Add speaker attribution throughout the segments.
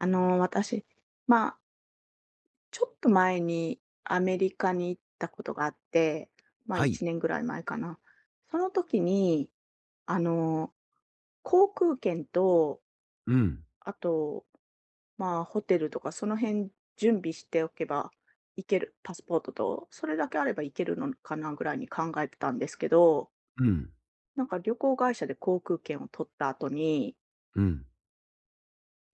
Speaker 1: 私、まあ、ちょっと前にアメリカに行ったことがあって、
Speaker 2: はい。
Speaker 1: 1年ぐらい前かな。その時に、あの、航空券と、
Speaker 2: うん、
Speaker 1: あと、ホテルとか、その辺準備しておけば行ける、パスポートと、それだけあれば行けるのかなぐらいに考えてたんですけど、
Speaker 2: うん、
Speaker 1: なんか旅行会社で航空券を取った後に、
Speaker 2: うん。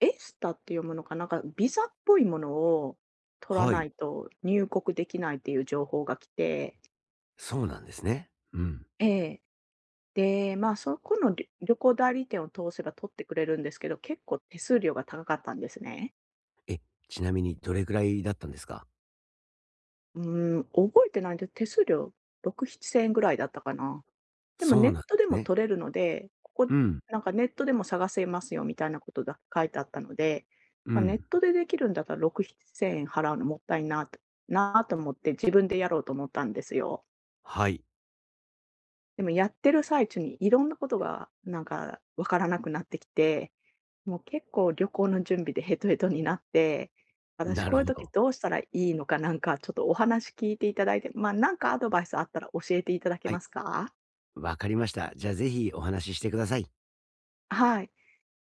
Speaker 1: エスタって読むのかな、なんかビザっぽいものを取ら
Speaker 2: は
Speaker 1: ない
Speaker 2: い。
Speaker 1: と入国できないっていう情報が来て、
Speaker 2: そうなんですね。うん。
Speaker 1: ええ。で、そこのり旅行代理店を通せば取ってくれるんですけど、結構手数料が高かったんですね。
Speaker 2: え、ちなみにどれくらいだったんですか？
Speaker 1: うーん、覚えてないんで、手数料6、7千円ぐらいだったかな。でも
Speaker 2: そ
Speaker 1: ネ
Speaker 2: う
Speaker 1: ッ
Speaker 2: なんで
Speaker 1: トで
Speaker 2: す
Speaker 1: も
Speaker 2: ね。
Speaker 1: 取れるので、ここ
Speaker 2: うん、
Speaker 1: なんかネットでも探せますよみたいなことだ書いてあったので、
Speaker 2: う
Speaker 1: ネッ
Speaker 2: ん。
Speaker 1: トでできるんだったら6、7千円払うのもったいなとなあと思って自分でやろうと思ったんですよ。
Speaker 2: はい。
Speaker 1: でもやってる最中にいろんなことがなんかわからなくなってきて、もう結構旅行の準備でヘトヘトになって、私
Speaker 2: なる
Speaker 1: こうい
Speaker 2: ほ
Speaker 1: う時
Speaker 2: ど。
Speaker 1: どうしたらいいのかなんかちょっとお話聞いていただいて、なんかアドバイスあったら教えていただけ
Speaker 2: はい、
Speaker 1: ますか？
Speaker 2: わかりました。じゃあ、ぜひお話ししてください。
Speaker 1: はい。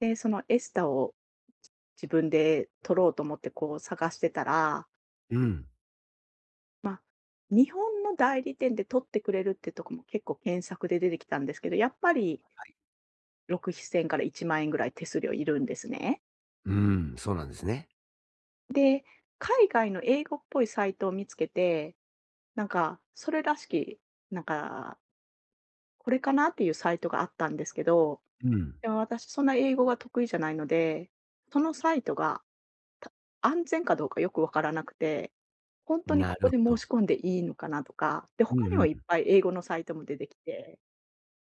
Speaker 1: で、そのエスタを自分で取ろうと思ってこう探してたら、
Speaker 2: うん、
Speaker 1: まあ、日本の代理店で取ってくれるってとこも結構検索で出てきたんですけど、やっぱり6、7,000から1万円ぐらい手数料いるんですね。
Speaker 2: うん、そうなんですね。
Speaker 1: で、海外の英語っぽいサイトを見つけて、なんかそれらしき、なんか、これかなっていうサイトがあったんですけど、
Speaker 2: うん、
Speaker 1: でも私そんな英語が得意じゃないので、そのサイトがた安全かどうかよくわからなくて、ほんとに
Speaker 2: な
Speaker 1: こ
Speaker 2: る
Speaker 1: こで
Speaker 2: ほ
Speaker 1: 申し
Speaker 2: ど。
Speaker 1: 込んでいいのかなとか、で、
Speaker 2: う
Speaker 1: 他に
Speaker 2: んう
Speaker 1: もいっ
Speaker 2: ん。
Speaker 1: ぱい英語のサイトも出てきて、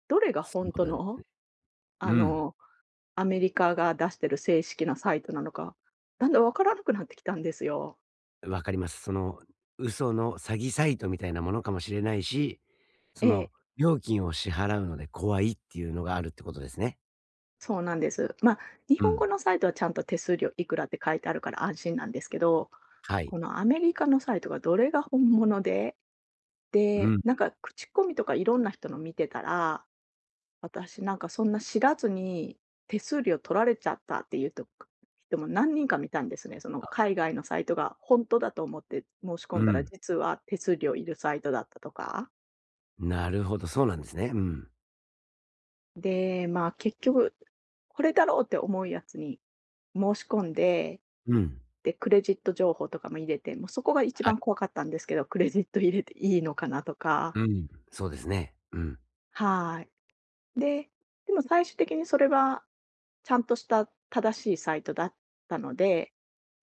Speaker 1: どれが
Speaker 2: そ
Speaker 1: ほん
Speaker 2: う
Speaker 1: と
Speaker 2: なんです
Speaker 1: の、
Speaker 2: ね。う
Speaker 1: あ
Speaker 2: ん、
Speaker 1: の、アメリカが出してる正式なサイトなのか、だんだんわからなくなってきたんですよ。
Speaker 2: わかります。その、嘘の詐欺サイトみたいなものかもしれないし、そ
Speaker 1: ええ、
Speaker 2: の、料金を支払うので怖いっていうのがあるってことですね。
Speaker 1: そうなんです。日
Speaker 2: う
Speaker 1: 本語
Speaker 2: ん、
Speaker 1: のサイトはちゃんと手数料いくらって書いてあるから安心なんですけど、
Speaker 2: はい。
Speaker 1: このアメリカのサイトがどれが本物で、
Speaker 2: う
Speaker 1: で、
Speaker 2: ん。
Speaker 1: なんか口コミとかいろんな人の見てたら私なんかそんな知らずに手数料取られちゃったっていうと人も何人か見たんですね。その
Speaker 2: あ、
Speaker 1: 海外のサイトが本当だと思って申し込
Speaker 2: う
Speaker 1: んだら
Speaker 2: ん。
Speaker 1: 実は手数料いるサイトだったとか。
Speaker 2: なるほど、そうなんですね。うん。
Speaker 1: で、結局これだろうって思うやつに申し込んで、
Speaker 2: うん。
Speaker 1: で、クレジット情報とかも入れて、もうそこが一
Speaker 2: はい。
Speaker 1: 番怖かったんですけど、クレジット入れていいのかなとか。
Speaker 2: うん。そうですね。うん。
Speaker 1: はい。で、でも最終的にそれはちゃんとした正しいサイトだったので、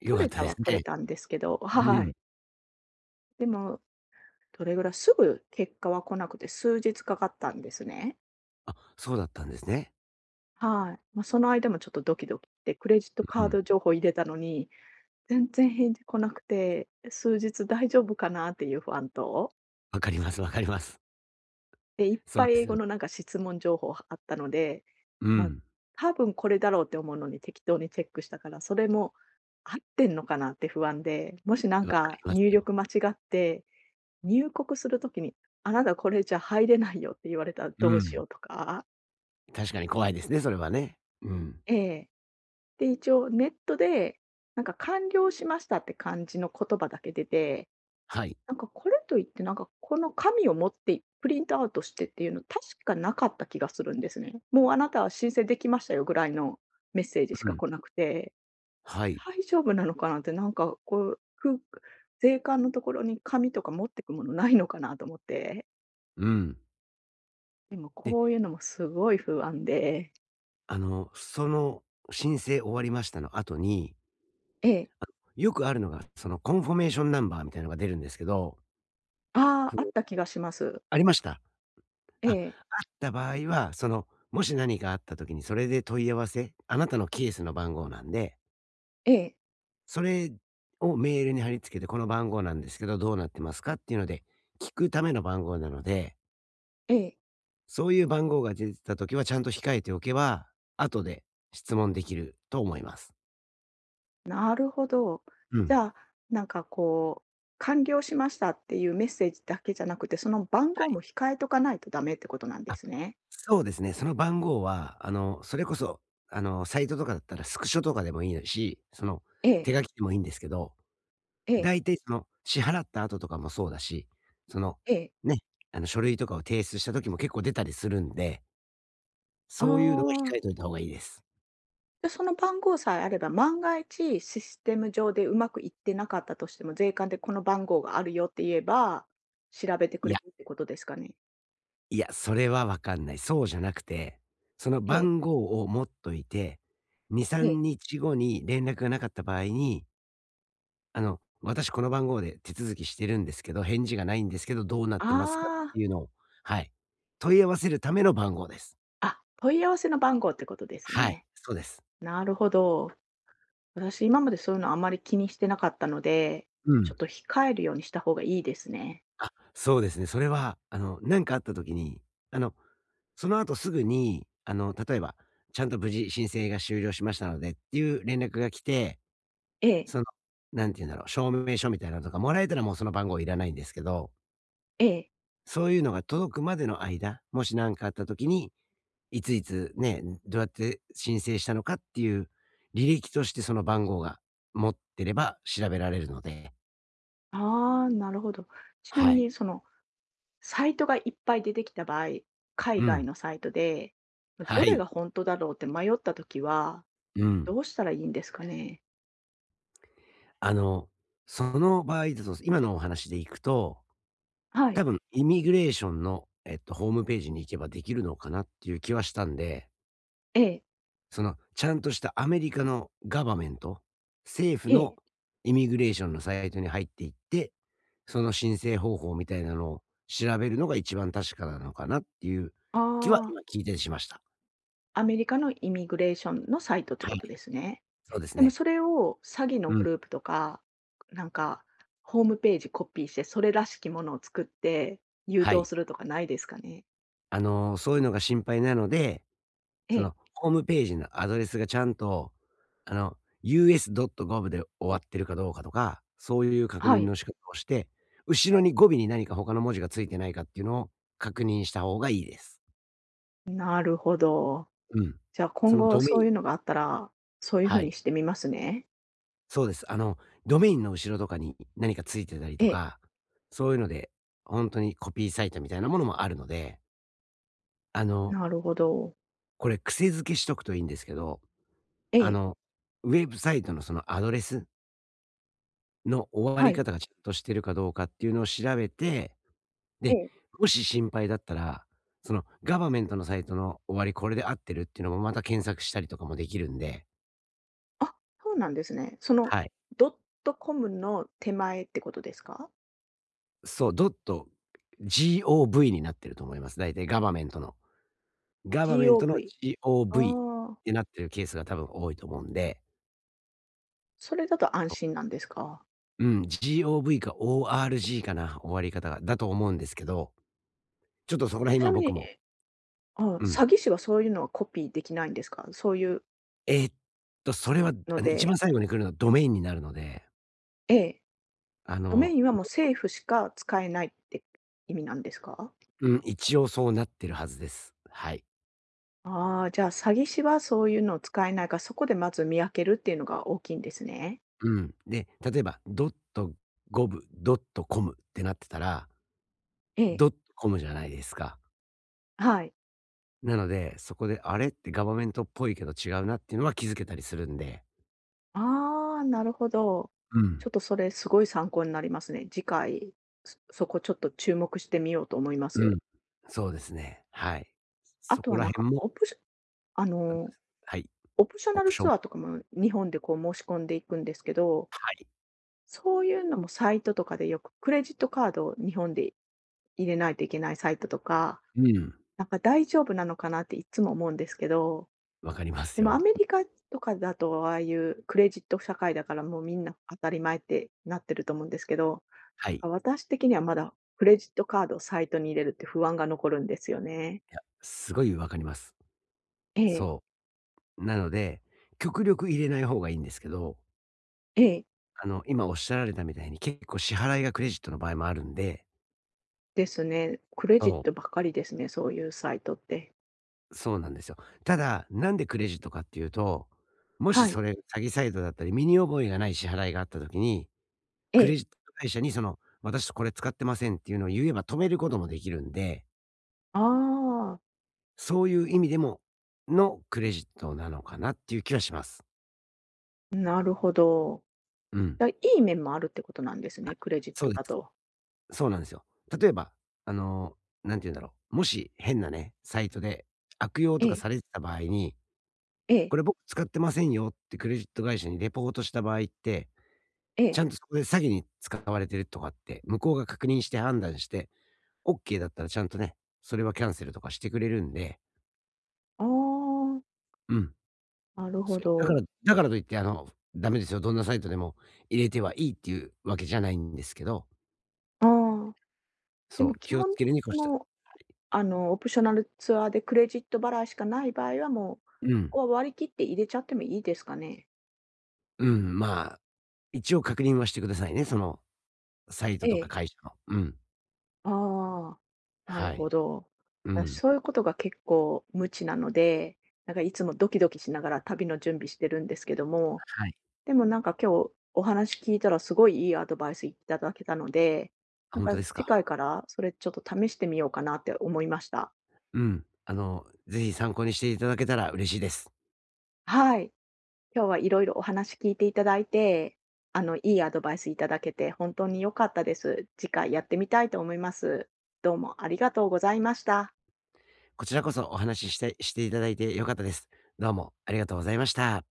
Speaker 2: 良
Speaker 1: 取
Speaker 2: かっ
Speaker 1: れ
Speaker 2: た
Speaker 1: た
Speaker 2: です
Speaker 1: は取れ
Speaker 2: ね。
Speaker 1: たんですけど、は
Speaker 2: うん。
Speaker 1: い。でも、どれぐらい、すぐ結果は来なくて、数日かかったんですね。
Speaker 2: あ、そうだったんですね。
Speaker 1: はい。その間もちょっとドキドキして、クレジット
Speaker 2: う
Speaker 1: カー
Speaker 2: ん。
Speaker 1: ド情報入れたのに、全然返事来なくて、数日大丈夫かなっていう不安と、
Speaker 2: わかりますわかります。
Speaker 1: で、いっ
Speaker 2: そ
Speaker 1: ぱ
Speaker 2: う
Speaker 1: い
Speaker 2: で
Speaker 1: 英
Speaker 2: すよ
Speaker 1: 語
Speaker 2: ね。
Speaker 1: のなんか質問情報あったので、
Speaker 2: う
Speaker 1: まあ、
Speaker 2: ん。
Speaker 1: 多分これだろうって思うのに適当にチェックしたから、それも合ってんのかなって不安で、もしなん
Speaker 2: わか
Speaker 1: か
Speaker 2: ります
Speaker 1: 入
Speaker 2: よ。
Speaker 1: 力間違って入国する時に、あなたこれじゃ入れないよって言われたら
Speaker 2: う
Speaker 1: どうし
Speaker 2: ん。
Speaker 1: ようとか、
Speaker 2: 確かに怖いですね、それはね。うん。
Speaker 1: ええ。で、一応ネットで、なんか完了しましたって感じの言葉だけ出て、
Speaker 2: はい。
Speaker 1: なんかこれといってなんかこの紙を持ってプリントアウトしてっていうの、確かなかった気がするんですね。もうあなたは申請できましたよぐらいのメッセージし
Speaker 2: う
Speaker 1: か
Speaker 2: ん。
Speaker 1: 来なくて、
Speaker 2: はい。
Speaker 1: 大丈夫なのかなって、なんかこう、く税関のところに紙とか持ってくものないのかなと思って。
Speaker 2: うん。
Speaker 1: でも、
Speaker 2: で、
Speaker 1: こういうのもすごい不安で。
Speaker 2: あの、その申請終わりましたの後に、
Speaker 1: ええ。
Speaker 2: よくあるのが、そのコンフォメーションナンバーみたいなのが出るんですけど、
Speaker 1: あ
Speaker 2: そ
Speaker 1: あ、あっ
Speaker 2: の
Speaker 1: た気がします。
Speaker 2: ありました？
Speaker 1: え
Speaker 2: あ、あっ
Speaker 1: え、
Speaker 2: た場合は、その、もし何かあった時にそれで問い合わせ、あなたのケースの番号なんで、
Speaker 1: ええ、
Speaker 2: それをメールに貼り付けて、この番号なんですけど、どうなってますかっていうので、聞くための番号なので、
Speaker 1: ええ。
Speaker 2: そういう番号が出てた時はちゃんと控えておけば、後で質問できると思います。
Speaker 1: なるほど。
Speaker 2: う
Speaker 1: じ
Speaker 2: ん。
Speaker 1: ゃあ、なんかこう、完了しましたっていうメッセージだけじゃなくて、その番
Speaker 2: は
Speaker 1: 号
Speaker 2: い。
Speaker 1: も控えとかないとダメってことなんで
Speaker 2: あ、
Speaker 1: すね。
Speaker 2: そうですね。その番号は、あの、それこそ、あの、サイトとかだったらスクショとかでもいいのし、その、
Speaker 1: ええ、
Speaker 2: 手書きでもいいんですけど
Speaker 1: ええ、
Speaker 2: 大体その、支払った後とかもそうだし、その、
Speaker 1: ええ。
Speaker 2: ね、あの、書類とかを提出した時も結構出たりするんで、
Speaker 1: あ
Speaker 2: そういうのは
Speaker 1: あ、
Speaker 2: 控えといた方がいいです。
Speaker 1: で、その番号さえあれば、万が一システム上でうまくいってなかったとしても、税関でこの番号があるよって言えば、調べてく
Speaker 2: い
Speaker 1: れ
Speaker 2: や、
Speaker 1: るってことですかね？
Speaker 2: いや、それはわかんない。そうじゃなくて、その
Speaker 1: ええ、
Speaker 2: 番号を持っといて、2、
Speaker 1: ええ。
Speaker 2: 3日後に連絡がなかった場合に、あの、私この番号で手続きしてるんですけど、返事がないんですけど、どうなっ
Speaker 1: あ
Speaker 2: てますかっ
Speaker 1: あ。
Speaker 2: ていうのを、はい、問い合わせるための番号です。
Speaker 1: あ、問い合わせの番号ってことです
Speaker 2: はい、
Speaker 1: ね。
Speaker 2: そうです。
Speaker 1: なるほど。私、今までそういうのあまり気にしてなかったので、
Speaker 2: う
Speaker 1: ちょ
Speaker 2: ん。
Speaker 1: っと控えるようにした方がいいですね。
Speaker 2: あ、そうですね。それは、あの、何かあった時に、あの、その後すぐに、あの、例えば、ちゃんと無事申請が終了しましたのでっていう連絡が来て、
Speaker 1: ええ、
Speaker 2: その、なんて言うんだろう、証明書みたいなのとかもらえたらもうその番号いらないんですけど、
Speaker 1: ええ。
Speaker 2: そういうのが届くまでの間、もし何かあった時に、いついつね、どうやって申請したのかっていう履歴としてその番号が持ってれば調べられるので、
Speaker 1: ああ、なるほど。ちな
Speaker 2: は
Speaker 1: み
Speaker 2: い。
Speaker 1: に、その、サイトがいっぱい出てきた場合、海
Speaker 2: う
Speaker 1: 外
Speaker 2: ん。
Speaker 1: のサイトで、まど
Speaker 2: は
Speaker 1: れ
Speaker 2: い。
Speaker 1: が本当だろうって迷ったときは、
Speaker 2: うん。
Speaker 1: どうしたらいいんですかね？
Speaker 2: あの、その場合だと、今のお話でいくと、
Speaker 1: はい。
Speaker 2: 多分イミグレーションの、ホームページに行けばできるのかなっていう気はしたんで、
Speaker 1: ええ、
Speaker 2: その、ちゃんとしたアメリカのガバメント、政府
Speaker 1: ええ。
Speaker 2: のイミグレーションのサイトに入っていって、その申請方法みたいなのを調べるのが一番確かなのかなっていう
Speaker 1: あ
Speaker 2: 気は
Speaker 1: あ、
Speaker 2: 今聞いてしました。
Speaker 1: アメリカのイミグレーションのサイトって
Speaker 2: は
Speaker 1: こ
Speaker 2: い、
Speaker 1: とですね。
Speaker 2: そうです
Speaker 1: でも
Speaker 2: ね。
Speaker 1: それを詐欺の
Speaker 2: う
Speaker 1: グ
Speaker 2: ん、
Speaker 1: ループとか、なんかホームページコピーして、それらしきものを作って誘
Speaker 2: は
Speaker 1: 導
Speaker 2: い。
Speaker 1: するとかないですかね？
Speaker 2: あの、そういうのが心配なので、
Speaker 1: え
Speaker 2: そ
Speaker 1: え、
Speaker 2: の、ホームページのアドレスがちゃんと、あの、US.gov で終わってるかどうかとか、そういう確
Speaker 1: は
Speaker 2: 認
Speaker 1: い。
Speaker 2: の仕方をして、後ろに語尾に何か他の文字がついてないかっていうのを確認した方がいいです。
Speaker 1: なるほど。
Speaker 2: うん。
Speaker 1: じゃあ、
Speaker 2: そ
Speaker 1: 今
Speaker 2: の
Speaker 1: 後
Speaker 2: ドメイ
Speaker 1: そう
Speaker 2: ン
Speaker 1: いうのがあったら、そういう
Speaker 2: は
Speaker 1: 風に
Speaker 2: い。
Speaker 1: してみますね。
Speaker 2: そうです。あの、ドメインの後ろとかに何かついてたり
Speaker 1: え
Speaker 2: と
Speaker 1: え、
Speaker 2: か、そういうので、ほんとにコピーサイトみたいなものもあるので、あの、
Speaker 1: なるほど。
Speaker 2: これ癖付けしとくといいんですけど、
Speaker 1: え
Speaker 2: あ
Speaker 1: え、
Speaker 2: の、ウェブサイトのそのアドレスの終わ
Speaker 1: は
Speaker 2: り
Speaker 1: い。
Speaker 2: 方がちゃんとしてるかどうかっていうのを調べて、
Speaker 1: え
Speaker 2: で、
Speaker 1: え。
Speaker 2: もし心配だったら、そのガバメントのサイトの終わり、これで合ってるっていうのもまた検索したりとかもできるんで、
Speaker 1: あ、そうなんですね。その
Speaker 2: はい。
Speaker 1: ドットコムの手前ってことですか
Speaker 2: そう、ドット gov になってると思います。大体ガバメントの。ガバメントの
Speaker 1: ？GOV。あ
Speaker 2: gov っ
Speaker 1: あ、
Speaker 2: てなってるケースが多分多いと思うんで、
Speaker 1: それだと安心なんですか？
Speaker 2: うん、gov か org かな、終わり方が。だと思うんですけど、ちょっとそこら
Speaker 1: ち
Speaker 2: 辺
Speaker 1: な
Speaker 2: は
Speaker 1: み
Speaker 2: 僕
Speaker 1: に
Speaker 2: も、
Speaker 1: ああ、
Speaker 2: うん。
Speaker 1: 詐欺師はそういうのはコピーできないんですか？そういう
Speaker 2: えーっそれは、
Speaker 1: の
Speaker 2: あの、一
Speaker 1: で
Speaker 2: 番最後に来るのはドメインになるので、
Speaker 1: ええ、
Speaker 2: あ
Speaker 1: ドメ
Speaker 2: の、
Speaker 1: インはもう政府しか使えないって意味なんですか？
Speaker 2: ん、一応そうなってるはずです。はい。
Speaker 1: ああー、じゃあ、詐欺師はそういうのを使えないから、そこでまず見分けるっていうのが大きいんですね。
Speaker 2: うん。で、例えば、.gov、.com ってなってたら、
Speaker 1: ええ、
Speaker 2: ドットコムじゃないですか。
Speaker 1: はい。
Speaker 2: なので、そこで、あれってガバメントっぽいけど違うなっていうのは気づけたりするんで。
Speaker 1: ああ、なるほど。
Speaker 2: う
Speaker 1: ち
Speaker 2: ん。
Speaker 1: ょっとそれすごい参考になりますね。次回、そこちょっと注目してみようと思いま
Speaker 2: う
Speaker 1: す。
Speaker 2: ん。そうですね。はい。
Speaker 1: あ
Speaker 2: そ
Speaker 1: と
Speaker 2: こ
Speaker 1: は
Speaker 2: ら
Speaker 1: なん
Speaker 2: 辺
Speaker 1: か、
Speaker 2: も、
Speaker 1: あの、
Speaker 2: はい、
Speaker 1: オプショ
Speaker 2: オ
Speaker 1: ナ
Speaker 2: プ
Speaker 1: ル
Speaker 2: ショ
Speaker 1: ツ
Speaker 2: ン
Speaker 1: アーとかも日本でこう申し込んでいくんですけど、
Speaker 2: はい。
Speaker 1: そういうのもサイトとかでよく、クレジットカードを日本で入れないといけないサイトとか、
Speaker 2: うん、
Speaker 1: なんか大丈夫なのかなっていつも思うんですけど、
Speaker 2: わかります
Speaker 1: でもア
Speaker 2: よ。
Speaker 1: メリカとかだとああいうクレジット社会だからもうみんな当たり前ってなってると思うんですけど、
Speaker 2: は
Speaker 1: なん
Speaker 2: い。
Speaker 1: か私的にはまだクレジットカードをサイトに入れるって不安が残るんですよね。
Speaker 2: いや、すごいわかります。
Speaker 1: ええ、
Speaker 2: そう。なので、極力入れない方がいいんですけど、
Speaker 1: ええ、
Speaker 2: あの、今おっしゃられたみたいに結構支払いがクレジットの場合もあるんで
Speaker 1: ですね。クレジッ
Speaker 2: そ
Speaker 1: トばっかりですね、そういうサイトって。
Speaker 2: う、そうなんですよ。ただ、なんでクレジットかっていうと、もし
Speaker 1: はい。
Speaker 2: それ詐欺サイトだったり、身に覚えがない支払いがあった時に、
Speaker 1: え
Speaker 2: クレ
Speaker 1: え。
Speaker 2: ジット会社にその、私これ使ってませんっていうのを言えば止めることもできるんで、
Speaker 1: あ
Speaker 2: そういう意味でものクレジットなのかなっていう気はします。
Speaker 1: あ、なるほど。
Speaker 2: うん。
Speaker 1: あ、いい面もあるってことなんです
Speaker 2: あ、
Speaker 1: ね、クレジッ
Speaker 2: そう
Speaker 1: ト
Speaker 2: で
Speaker 1: だ
Speaker 2: す。
Speaker 1: と。
Speaker 2: そうなんですよ。例えば、あの、なんて言うんだろう、もし変なね、サイトで悪用
Speaker 1: え
Speaker 2: とか
Speaker 1: え、
Speaker 2: されてた場合に、
Speaker 1: ええ、
Speaker 2: これ僕使ってませんよってクレジット会社にレポートした場合って、
Speaker 1: え
Speaker 2: ち
Speaker 1: え。
Speaker 2: ゃんとそこで詐欺に使われてるとかって、向こうが確認して判断して、オッケーだったらちゃんとね、それはキャンセルとかしてくれるんで、
Speaker 1: あ
Speaker 2: うん。
Speaker 1: あ、なる
Speaker 2: そ
Speaker 1: ほ
Speaker 2: う、だか
Speaker 1: ど。
Speaker 2: らだからといって、あの、ダメですよ、どんなサイトでも入れてはいいっていうわけじゃないんですけど、
Speaker 1: ああ、で
Speaker 2: そ
Speaker 1: も
Speaker 2: う、
Speaker 1: 基
Speaker 2: 気を
Speaker 1: 本
Speaker 2: つけるに越した
Speaker 1: の、オプショナルツアーでクレジット払いしかない場合は、もう、こ
Speaker 2: う
Speaker 1: こ
Speaker 2: ん、
Speaker 1: は割り切って入れちゃってもいいですかね？
Speaker 2: うん、まあ一応確認はしてくださいね、そのサイト
Speaker 1: え
Speaker 2: とか
Speaker 1: え。
Speaker 2: 会社の。うん。
Speaker 1: ああ、なる
Speaker 2: はい。
Speaker 1: ほど。
Speaker 2: う
Speaker 1: あ、
Speaker 2: ん。
Speaker 1: そういうことが結構無知なので、なんかいつもドキドキしながら旅の準備してるんですけども、
Speaker 2: はい。
Speaker 1: でもなんか今日お話聞いたらすごいいいアドバイスいただけたので、
Speaker 2: あ、
Speaker 1: なん
Speaker 2: ほん
Speaker 1: か
Speaker 2: とです
Speaker 1: 次
Speaker 2: か。
Speaker 1: 回からそれちょっと試してみようかなって思いました。
Speaker 2: うん。あの、ぜひ参考にしていただけたら嬉しいです。
Speaker 1: はい。今日はいろいろお話聞いていただいて、いいアドバイスいただけて本当に良かったです。次回やってみたいと思います。どうもありがとうございました。
Speaker 2: こちらこそお話ししていただいて良かったです。どうもありがとうございました。